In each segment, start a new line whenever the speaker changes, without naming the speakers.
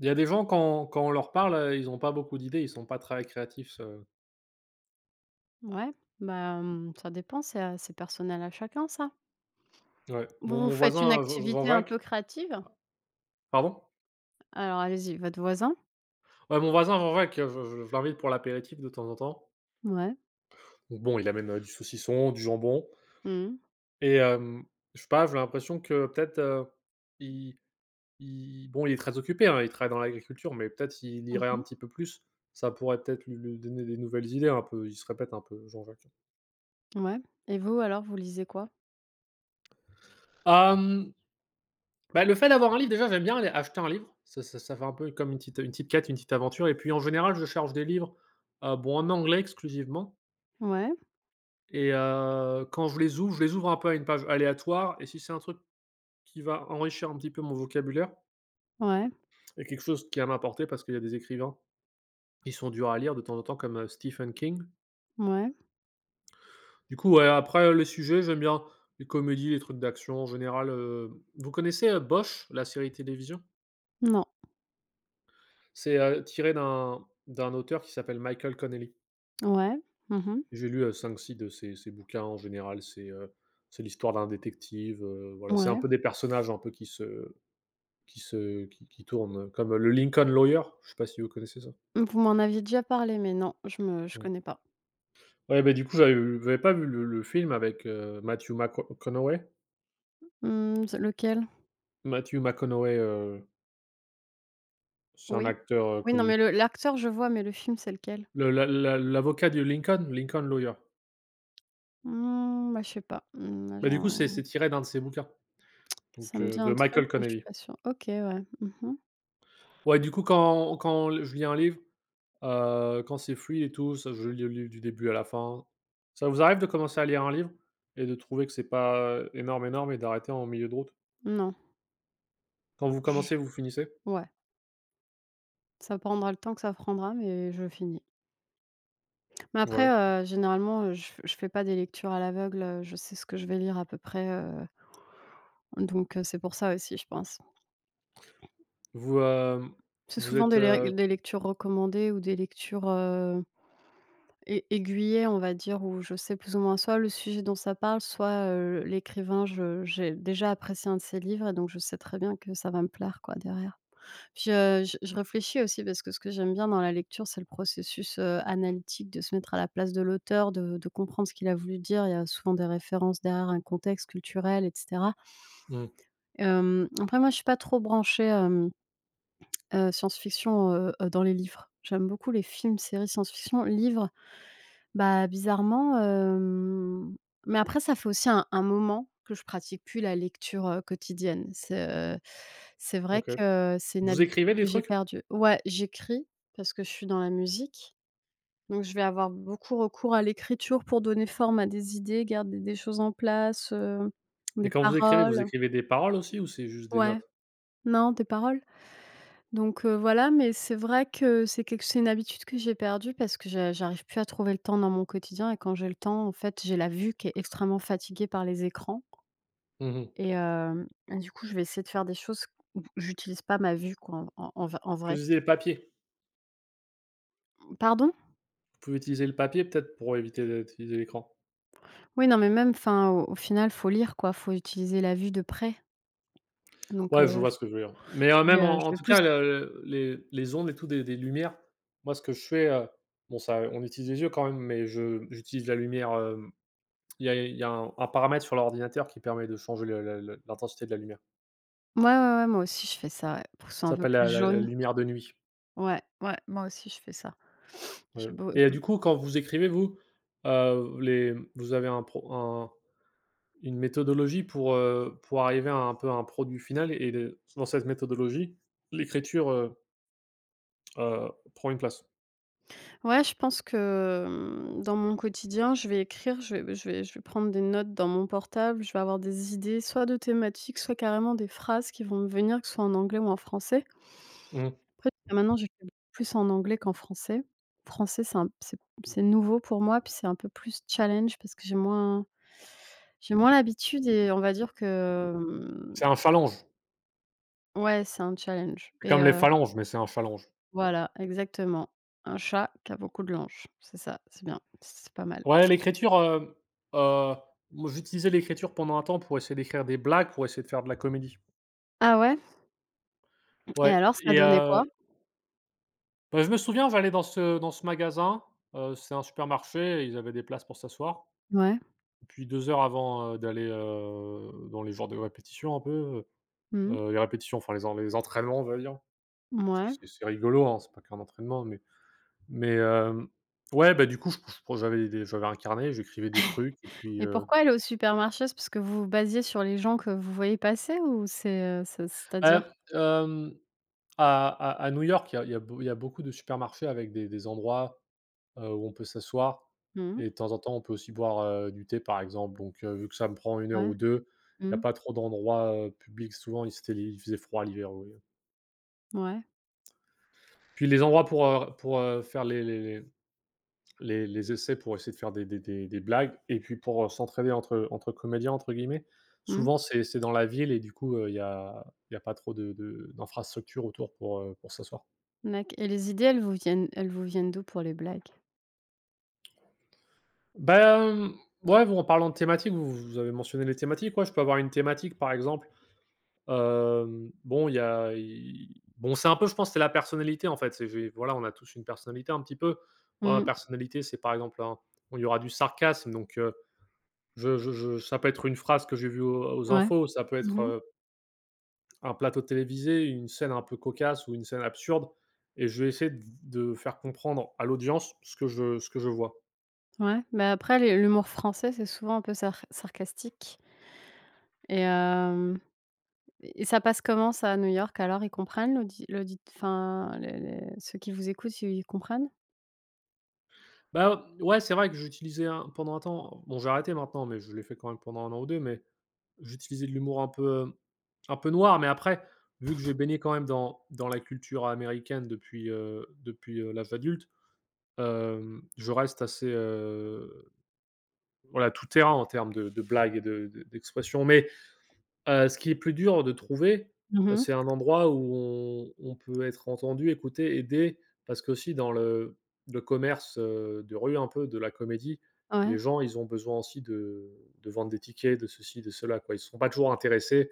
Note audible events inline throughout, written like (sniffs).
Il y a des gens quand on leur parle, ils ont pas beaucoup d'idées, ils sont pas très créatifs,
Ouais, bah, mmh, ça dépend, c'est personnel à chacun ça.
ouais. Mon
Vous vous
mon
faites une
voisin, Jean Jean
activité un peu
Jacques
créative?
Pardon?
Alors allez-y, votre voisin?
Ouais, mon voisin Jean Jacques, je l'invite pour l'apéritif de temps en temps.
Ouais.
Donc bon, il amène, du saucisson, du jambon
Mmh mh.
et je sais pas, j'ai l'impression que peut-être, il il bon, il est très occupé, hein, il travaille dans l'agriculture, mais peut-être il irait un
Mmh.
petit peu plus. Ça pourrait peut-être lui donner des nouvelles idées un peu, il se répète un peu Jean Jacques.
Ouais, et vous alors, vous lisez quoi?
Hem Bah, le fait d'avoir un livre, déjà, j'aime bien aller acheter un livre. Ça fait un peu comme une petite quête, une petite aventure et puis en général, je cherche des livres, bon, en anglais exclusivement
Ouais,
et quand je les ouvre un peu à une page aléatoire et si c'est un truc qui va enrichir un petit peu mon vocabulaire
ouais,
et quelque chose qui va m'apporter parce qu'il y a des écrivains qui sont durs à lire de temps en temps comme, Stephen King.
ouais,
Du coup, ouais, après le sujet, j'aime bien les comédies, les trucs d'action en général. Vous connaissez, Bosch, la série télévision?
non,
C'est, tiré d'un auteur qui s'appelle Michael Connelly.
ouais, mmh,
J'ai lu, 5-6 de ses bouquins. En général, c'est l'histoire d'un détective, voilà, c'est un
ouais.
peu des personnages un peu qui se qui se qui tournent, comme, le Lincoln Lawyer, je sais pas si vous connaissez ça?
Vous m'en aviez déjà parlé, mais non, je
Mmh.
connais pas.
Ouais, bah, du coup, j'avais pas vu le film avec, Matthew McConaughey.
Mmh, c'est lequel?
Matthew McConaughey, c'est un
Oui.
acteur,
Oui, non mais
connu.
le l'acteur je vois, mais le film c'est lequel?
Le l'a l'a l'avocat du Lincoln, Lawyer.
Mmh, bah, je sais pas. Mmh,
Bah, du coup, c'est
j'en
c'est tiré d'un de ses bouquins,
ça
donc,
me dit
de
un truc,
Michael
mais je suis
Connelly.
pas sûre. OK, ouais. Mmh.
Ouais, du coup, quand je lis un livre. Quand c'est fluide et tout, ça je lis le livre du début à la fin. Ça vous arrive de commencer à lire un livre et de trouver que c'est pas, énorme, énorme et d'arrêter en milieu de route?
Non,
Quand vous commencez, vous finissez?
ouais. Ça prendra le temps que ça prendra, mais je finis. Mais après,
Ouais.
généralement, je fais pas des lectures à l'aveugle, je sais ce que je vais lire à peu près, donc c'est pour ça aussi, je pense.
Vous, hem,
C'est
vous
souvent
êtes,
des lec des lectures recommandées ou des lectures, ai aiguillées, on va dire, où je sais plus ou moins soit le sujet dont ça parle, soit, l'écrivain, je j'ai déjà apprécié un de ses livres et donc je sais très bien que ça va me plaire, quoi, derrière. Puis, je réfléchis aussi parce que ce que j'aime bien dans la lecture, c'est le processus, analytique de se mettre à la place de l'auteur, de comprendre ce qu'il a voulu dire. Il y a souvent des références derrière, un contexte culturel et cetera.
mmh,
Après moi, je suis pas trop branchée, science-fiction, dans les livres. J'aime beaucoup les films, séries science-fiction. Livres, bah, bizarrement, mais après ça fait aussi un moment que je pratique plus la lecture, quotidienne. C'est vrai
OK.
que c'est une
Vous
habitude
écrivez
que
des
j'ai
trucs?
perdue. Ouais, j'écris parce que je suis dans la musique, donc je vais avoir beaucoup recours à l'écriture pour donner forme à des idées, garder des choses en place,
Et
des
quand vous
paroles.
écrivez des paroles aussi ou c'est juste des
Ouais,
notes?
non, des paroles? Donc voilà, mais c'est vrai que c'est une habitude que j'ai perdue parce que j'arrive plus à trouver le temps dans mon quotidien et quand j'ai le temps, en fait, j'ai la vue qui est extrêmement fatiguée par les écrans
Mmh mh.
et du coup, je vais essayer de faire des choses où j'utilise pas ma vue quoi, en
Vous
vrai.
utilisez le papier.
Pardon?
Vous pouvez utiliser le papier peut-être pour éviter d'utiliser l'écran?
Oui, non, mais même enfin, au final, faut lire quoi, faut utiliser la vue de près. Donc
Ouais, je vois ce que je veux dire. Mais,
je vais,
même
heu, je
en
vais
tout
plus.
cas, les ondes et tout des lumières, moi, ce que je fais, bon, ça on utilise les yeux quand même, mais je j'utilise la lumière, il y a un paramètre sur l'ordinateur qui permet de changer le l'intensité de la lumière.
Ouais, ouais, ouais, moi aussi je fais ça, ouais, pour que ce soit
Ça
un peu
s'appelle
plus
la
jaune.
lumière de nuit,
Ouais, ouais, moi aussi je fais ça. (sniffs) J'ai beau
du coup, quand vous écrivez, vous avez un pro un une méthodologie pour arriver à un peu à un produit final et de dans cette méthodologie, l'écriture, heu, prend une place.
Ouais, je pense que, dans mon quotidien, je vais écrire, je vais prendre des notes dans mon portable, je vais avoir des idées, soit de thématiques, soit carrément des phrases qui vont me venir, que ce soit en anglais ou en français.
Mmh.
Après, jusqu'à maintenant, j'écris beaucoup plus en anglais qu'en français. Français, c'est un c'est nouveau pour moi, puis c'est un peu plus challenge parce que j'ai moins l'habitude et on va dire que,
C'est un phalange.
ouais, c'est un challenge
C'est
et
comme les phalanges, mais c'est un phalange.
voilà, exactement. Un chat qui a beaucoup de langes, c'est ça, c'est bien, c'est pas mal.
Ouais, l'écriture, heu, moi j'utilisais l'écriture pendant un temps pour essayer d'écrire des blagues, pour essayer de faire de la comédie.
Ah ouais? Et
Ouais
alors, ça a
et
donné quoi?
bah, je me souviens, j'allais dans ce magasin, c'est un supermarché, ils avaient des places pour s'asseoir.
Ouais.
Puis 2 heures avant, d'aller, dans les genres de répétitions un peu,
Mmh.
les répétitions, enfin les entraînements, on va dire.
Mouais,
C'est rigolo, hein, c'est pas qu'un entraînement, mais ouais, bah, du coup, je j'avais des j'avais un carnet, j'écrivais des trucs et puis,
et
euh,
pourquoi aller au supermarché? C'est parce que vous vous basiez sur les gens que vous voyez passer ou
Bah,
c'est-à-dire?
hem, à à New York, il y a beau il y a beaucoup de supermarchés avec des endroits, où on peut s'asseoir
Mmh.
et de temps en temps, on peut aussi boire, du thé, par exemple. Donc, vu que ça me prend une heure
Ouais.
ou 2, il n'y a
Mmh.
pas trop d'endroits, publics. Souvent, il faisait froid l'hiver, oui.
Ouais.
Puis les endroits pour faire les essais, pour essayer de faire des blagues et puis pour, «s'entraider» entre comédiens, entre guillemets.
Mmh.
Souvent, c'est dans la ville et du coup, il y a pas trop d'infrastructures de d'infrastructures autour pour s'asseoir.
D'acc, et les idées, elles vous viennent d'où pour les blagues?
Ben ouais, bon, en parlant de thématiques, vous avez mentionné les thématiques, ouais, je peux avoir une thématique, par exemple, bon, il y a i bon, c'est un peu, je pense, c'est la personnalité, en fait, c'est j'ai voilà, on a tous une personnalité un petit peu. Moi, ma
Mmh.
personnalité, c'est par exemple un bon, il y aura du sarcasme, donc je ça peut être une phrase que j'ai vue aux
Ouais.
infos, ça peut
Mmh
être,
mh.
un plateau télévisé, une scène un peu cocasse ou une scène absurde et je vais essayer de faire comprendre à l'audience ce que je vois.
Ouais. Bah, après les l'humour français, c'est souvent un peu sarcastique et hem et ça passe comment ça à New York alors? Ils comprennent l'audi l'audi enfin les ceux qui vous écoutent, ils comprennent?
Bah, ouais, c'est vrai que j'utilisais un pendant un temps bon, j'ai arrêté maintenant, mais je l'ai fait quand même pendant un an ou 2. Mais j'utilisais de l'humour un peu noir, mais après, vu que j'ai baigné quand même dans la culture américaine depuis, l'âge adulte, je reste assez, voilà, tout terrain en termes de blagues et de d'expressions. Mais ce qui est plus dur de trouver,
Mmh mh.
c'est un endroit où on peut être entendu, écouté, aidé, parce que aussi dans le commerce, de rue un peu, de la comédie,
Ouais.
les gens, ils ont besoin aussi de vendre des tickets, de ceci, de cela, quoi. Ils ne sont pas toujours intéressés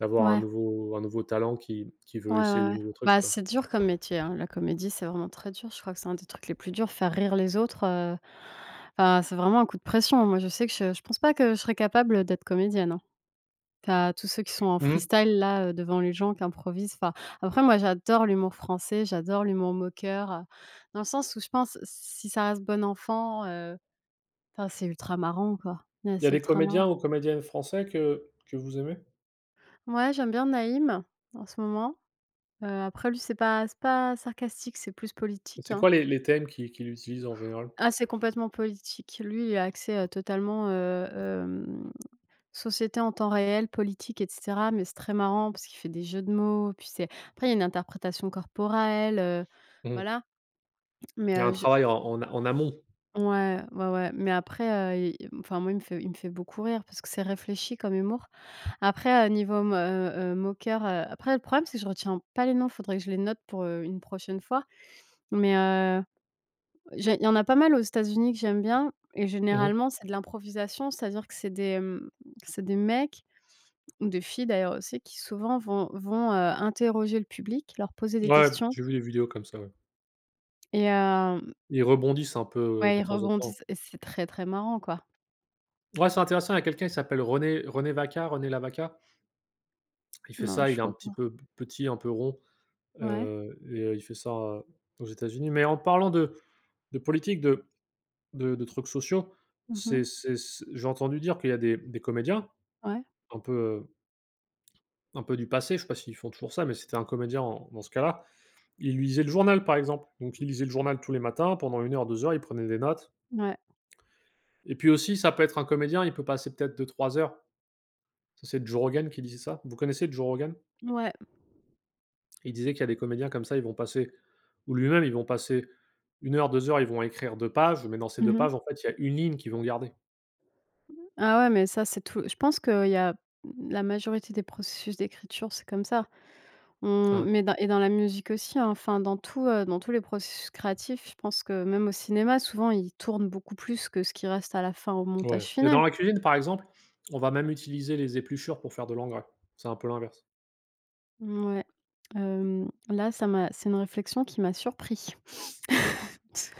d'avoir un
Ouais.
nouveau un nouveau talent qui
Ouais,
veut essayer
ouais,
des
ouais.
nouveaux trucs,
Bah,
quoi.
c'est dur comme métier, hein. La comédie, c'est vraiment très dur. Je crois que c'est un des trucs les plus durs, faire rire les autres, enfin, c'est vraiment un coup de pression. Moi, je sais que je pense pas que je serais capable d'être comédienne, hein. Tu Tous ceux qui sont en
Mmh.
freestyle là, devant les gens, qui improvisent, enfin après moi j'adore l'humour français, j'adore l'humour moqueur, dans le sens où je pense si ça reste bon enfant, enfin c'est ultra marrant, quoi. Ouais,
Il y a
c'est
des
ultra marrant.
comédiens ou comédiennes français que vous aimez?
Ouais, j'aime bien Naïm en ce moment, après lui c'est pas sarcastique, c'est plus politique,
C'est
hein.
quoi les thèmes qu'il utilise en général?
Ah, c'est complètement politique. Lui, il a accès, totalement, société en temps réel, politique et cetera, mais c'est très marrant parce qu'il fait des jeux de mots, puis c'est après il y a une interprétation corporelle,
Mmh.
voilà, mais
Il y a un
je
travail en amont.
ouais, ouais, ouais, mais après, il enfin moi, il me fait beaucoup rire parce que c'est réfléchi comme humour. Après, niveau mo moqueur, après le problème, c'est que je retiens pas les noms, faudrait que je les note pour, une prochaine fois, mais J'ai il y en a pas mal aux États-Unis que j'aime bien et
Mmh.
généralement, c'est de l'improvisation, c'est-à-dire que c'est des mecs ou des filles d'ailleurs aussi qui souvent vont, interroger le public, leur poser des
Ouais,
questions
j'ai vu des vidéos comme ça, ouais.
et
Ils rebondissent un peu,
ouais,
de
ils
temps en temps.
rebondissent et c'est très, très marrant, quoi.
Ouais, c'est intéressant, il y a quelqu'un qui s'appelle René Vacca, René Lavaca. Il fait
Non,
ça, il
je
est un
vois
petit
pas.
peu petit, un peu rond,
Ouais.
et il fait ça, aux États-Unis. Mais en parlant de politique, de trucs sociaux,
Mmh.
c'est c j'ai entendu dire qu'il y a des comédiens
Ouais,
un peu, heu, un peu du passé, je sais pas s'ils font toujours ça, mais c'était un comédien en dans ce cas-là, il lisait le journal, par exemple. Donc il lisait le journal tous les matins pendant une heure, 2 heures, il prenait des notes
ouais,
et puis aussi, ça peut être un comédien, il peut passer peut-être deux, trois heures. Ça, c'est Joe Rogan qui disait ça. Vous connaissez Joe Rogan?
ouais.
Il disait qu'il y a des comédiens comme ça, ils vont passer ou lui-même, ils vont passer une heure, 2 heures, ils vont écrire 2 pages, mais dans ces 2
Mmh.
pages, en fait, il y a une ligne qu'ils vont garder.
Ah ouais, mais ça, c'est tout je pense qu'il y a la majorité des processus d'écriture, c'est comme ça. Mmh,
Hein,
mais dans la musique aussi, hein, enfin dans tout, dans tous les processus créatifs, je pense que même au cinéma, souvent, ils tournent beaucoup plus que ce qui reste à la fin au montage
ouais. Et dans
final.
la cuisine, par exemple, on va même utiliser les épluchures pour faire de l'engrais. C'est un peu l'inverse.
Mouais. Là, ça m'a c'est une réflexion qui m'a surpris. (laughs) C'est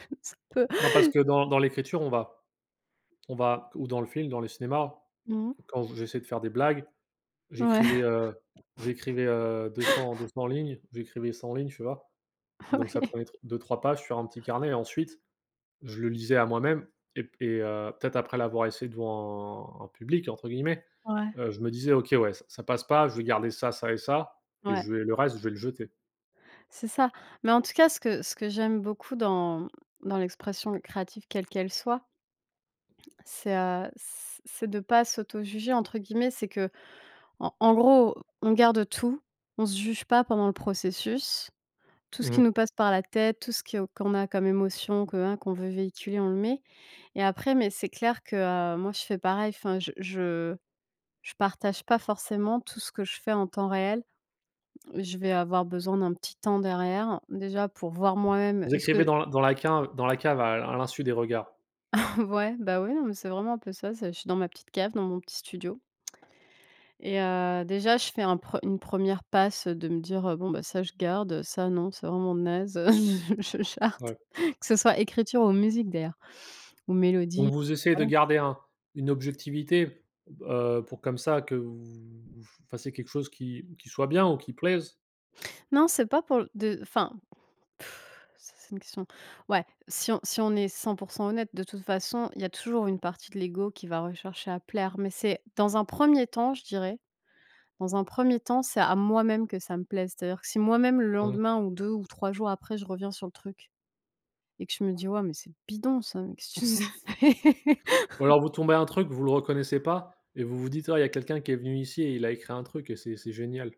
un
Non, parce que dans l'écriture, on va ou dans le film, dans les cinémas,
Mmh,
quand j'essayais de faire des blagues,
ouais,
j'écrivais, heu, j'écrivais, 200, 200 lignes, j'écrivais 100 lignes, tu vois?
(laughs)
Donc ça
oui,
prenait deux, trois pages sur un petit carnet et ensuite je le lisais à moi-même et peut-être après l'avoir essayé devant un «public» entre guillemets,
ouais,
je me disais: «OK, ouais, ça passe pas, je vais garder ça, ça et ça et
ouais,
je vais le reste, je vais le jeter».
c'est ça. Mais en tout cas, ce que j'aime beaucoup dans l'expression créative, quelle qu'elle soit, c'est de pas «s'auto-juger» entre guillemets, c'est que En gros, on garde tout, on se juge pas pendant le processus. Tout ce
Mmh
qui nous
mh.
passe par la tête, tout ce que qu'on a comme émotion, que, hein, qu'on veut véhiculer, on le met et après mais c'est clair que, moi je fais pareil, enfin je partage pas forcément tout ce que je fais en temps réel. Je vais avoir besoin d'un petit temps derrière, déjà pour voir moi-même est-ce
J'écrivais
que
dans la cave à l'insu des regards.
(laughs) ouais, bah, oui, non mais c'est vraiment un peu ça, c'est je suis dans ma petite cave, dans mon petit studio. Et déjà, je fais un pre une première passe, de me dire: «Bon, bah, ça, je garde, ça, non, c'est vraiment naze, (laughs) je jarte».
Ouais.
(laughs) Que ce soit écriture ou musique, d'ailleurs, ou mélodie,
Donc vous essayez de
voilà.
garder un une objectivité, pour comme ça que vous fassiez quelque chose qui soit bien ou qui plaise.
Non, c'est pas pour l de enfin, pff, ça, c'est une question. Ouais, si on est 100% honnête, de toute façon, il y a toujours une partie de l'ego qui va rechercher à plaire, mais c'est dans un premier temps, je dirais, dans un premier temps, c'est à moi-même que ça me plaise. C'est-à-dire que si moi-même, le
Mmh.
lendemain ou 2 ou 3 jours après, je reviens sur le truc. Et que je me dis: ouais mais c'est bidon ça, mais qu'est-ce que tu nous as fait?»
Ou alors vous tombez à un truc, vous le reconnaissez pas et vous vous dites: «Ah, il y a quelqu'un qui est venu ici et il a écrit un truc et c'est génial».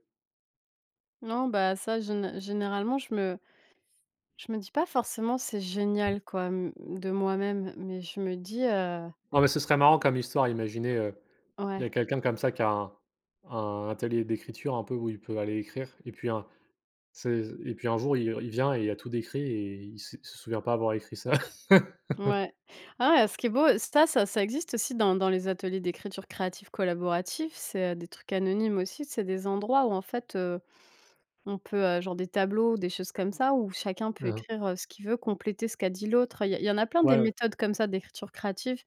(laughs) Non, bah, ça gén généralement je me dis pas forcément: «C'est génial» quoi, mmh, de moi-même, mais je me dis,
Non, mais ce serait marrant comme histoire. Imaginez, il y
ouais,
a quelqu'un comme ça qui a un atelier d'écriture un peu où il peut aller écrire et puis un c'est et puis un jour il vient et il a tout décrit et il se souvient pas avoir écrit ça. (laughs)
ouais. Ah ouais, ce qui est beau, ça existe aussi dans les ateliers d'écriture créative collaborative, c'est, des trucs anonymes aussi, c'est des endroits où en fait, on peut, genre des tableaux, des choses comme ça où chacun peut
Mmh.
écrire, ce qu'il veut, compléter ce qu'a dit l'autre. Il y en a plein des
Ouais, ouais.
méthodes comme ça d'écriture créative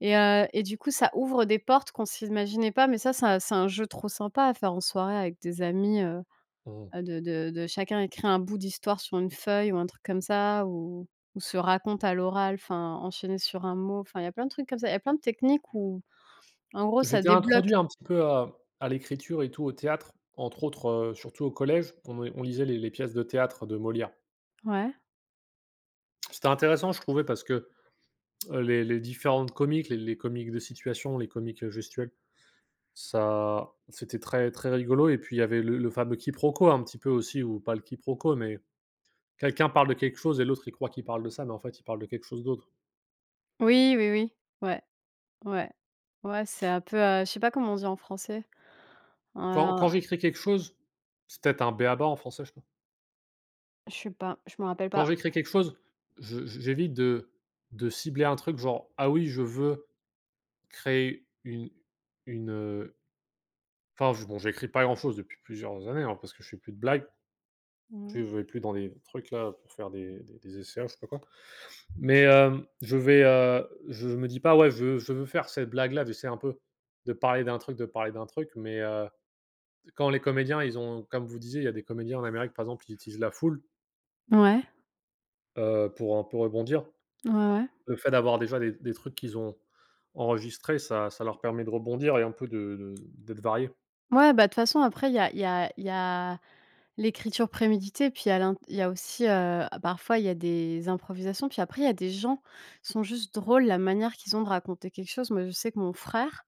et du coup, ça ouvre des portes qu'on s'imaginait pas, mais ça c'est un jeu trop sympa à faire en soirée avec des amis,
Mmh.
de chacun écrit un bout d'histoire sur une feuille ou un truc comme ça ou se raconte à l'oral, enfin, enchaîner sur un mot. Enfin, il y a plein de trucs comme ça. Il y a plein de techniques où en gros ça
J'étais
débloque.
introduit un petit peu à l'écriture et tout au théâtre, entre autres, surtout au collège, on lisait les pièces de théâtre de Molière.
Ouais.
C'était intéressant je trouvais parce que, les différentes comiques, les comiques de situation, les comiques, gestuelles. Ça c'était très très rigolo et puis il y avait le fameux quiproquo un petit peu aussi ou pas le quiproquo, mais quelqu'un parle de quelque chose et l'autre il croit qu'il parle de ça, mais en fait il parle de quelque chose d'autre.
Oui, oui, oui. Ouais. Ouais. Ouais, c'est un peu, je sais pas comment on dit en français? Heu,
Quand j'écris quelque chose, c'est peut-être un béaba en français, je sais pas.
je sais pas, je me rappelle
Quand
pas.
j'écris quelque chose, je j'évite de cibler un truc genre: «Ah oui, je veux créer une une» enfin je bon, j'écris pas grand-chose depuis plusieurs années, hein, parce que je fais plus de blagues,
Mmh.
je vais plus dans des trucs là pour faire des essais, je sais pas quoi. Mais je me dis pas: «Ouais, je veux faire cette blague-là». J'essaie un peu de parler d'un truc, de parler d'un truc, mais quand les comédiens, ils ont comme vous disiez, il y a des comédiens en Amérique, par exemple, ils utilisent la foule,
Ouais,
pour un peu rebondir.
ouais, ouais.
Le fait d'avoir déjà des trucs qu'ils ont enregistrés, ça leur permet de rebondir et un peu de d'être variés.
Ouais, bah, de toute façon après il y a il y a il y a l'écriture préméditée, puis il y a aussi, parfois il y a des improvisations, puis après il y a des gens, qui sont juste drôles, la manière qu'ils ont de raconter quelque chose. Moi, je sais que mon frère,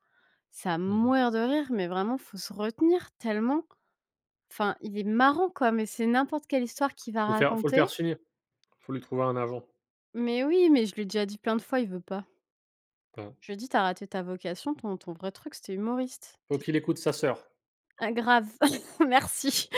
ça à
Mmh.
mourir de rire, mais vraiment, faut se retenir tellement. Enfin, il est marrant quoi, mais c'est n'importe quelle histoire qu'il va
Faut le faire faut le
raconter.
faire signer, faut lui trouver un agent.
Mais oui, mais je lui ai déjà dit plein de fois, il veut pas.
Voilà.
Je lui ai dit: «Tu raté ta vocation, ton vrai truc, c'était humoriste».
Faut
«Tu es
qu'il écoute sa sœur.
ah grave, (laughs) merci».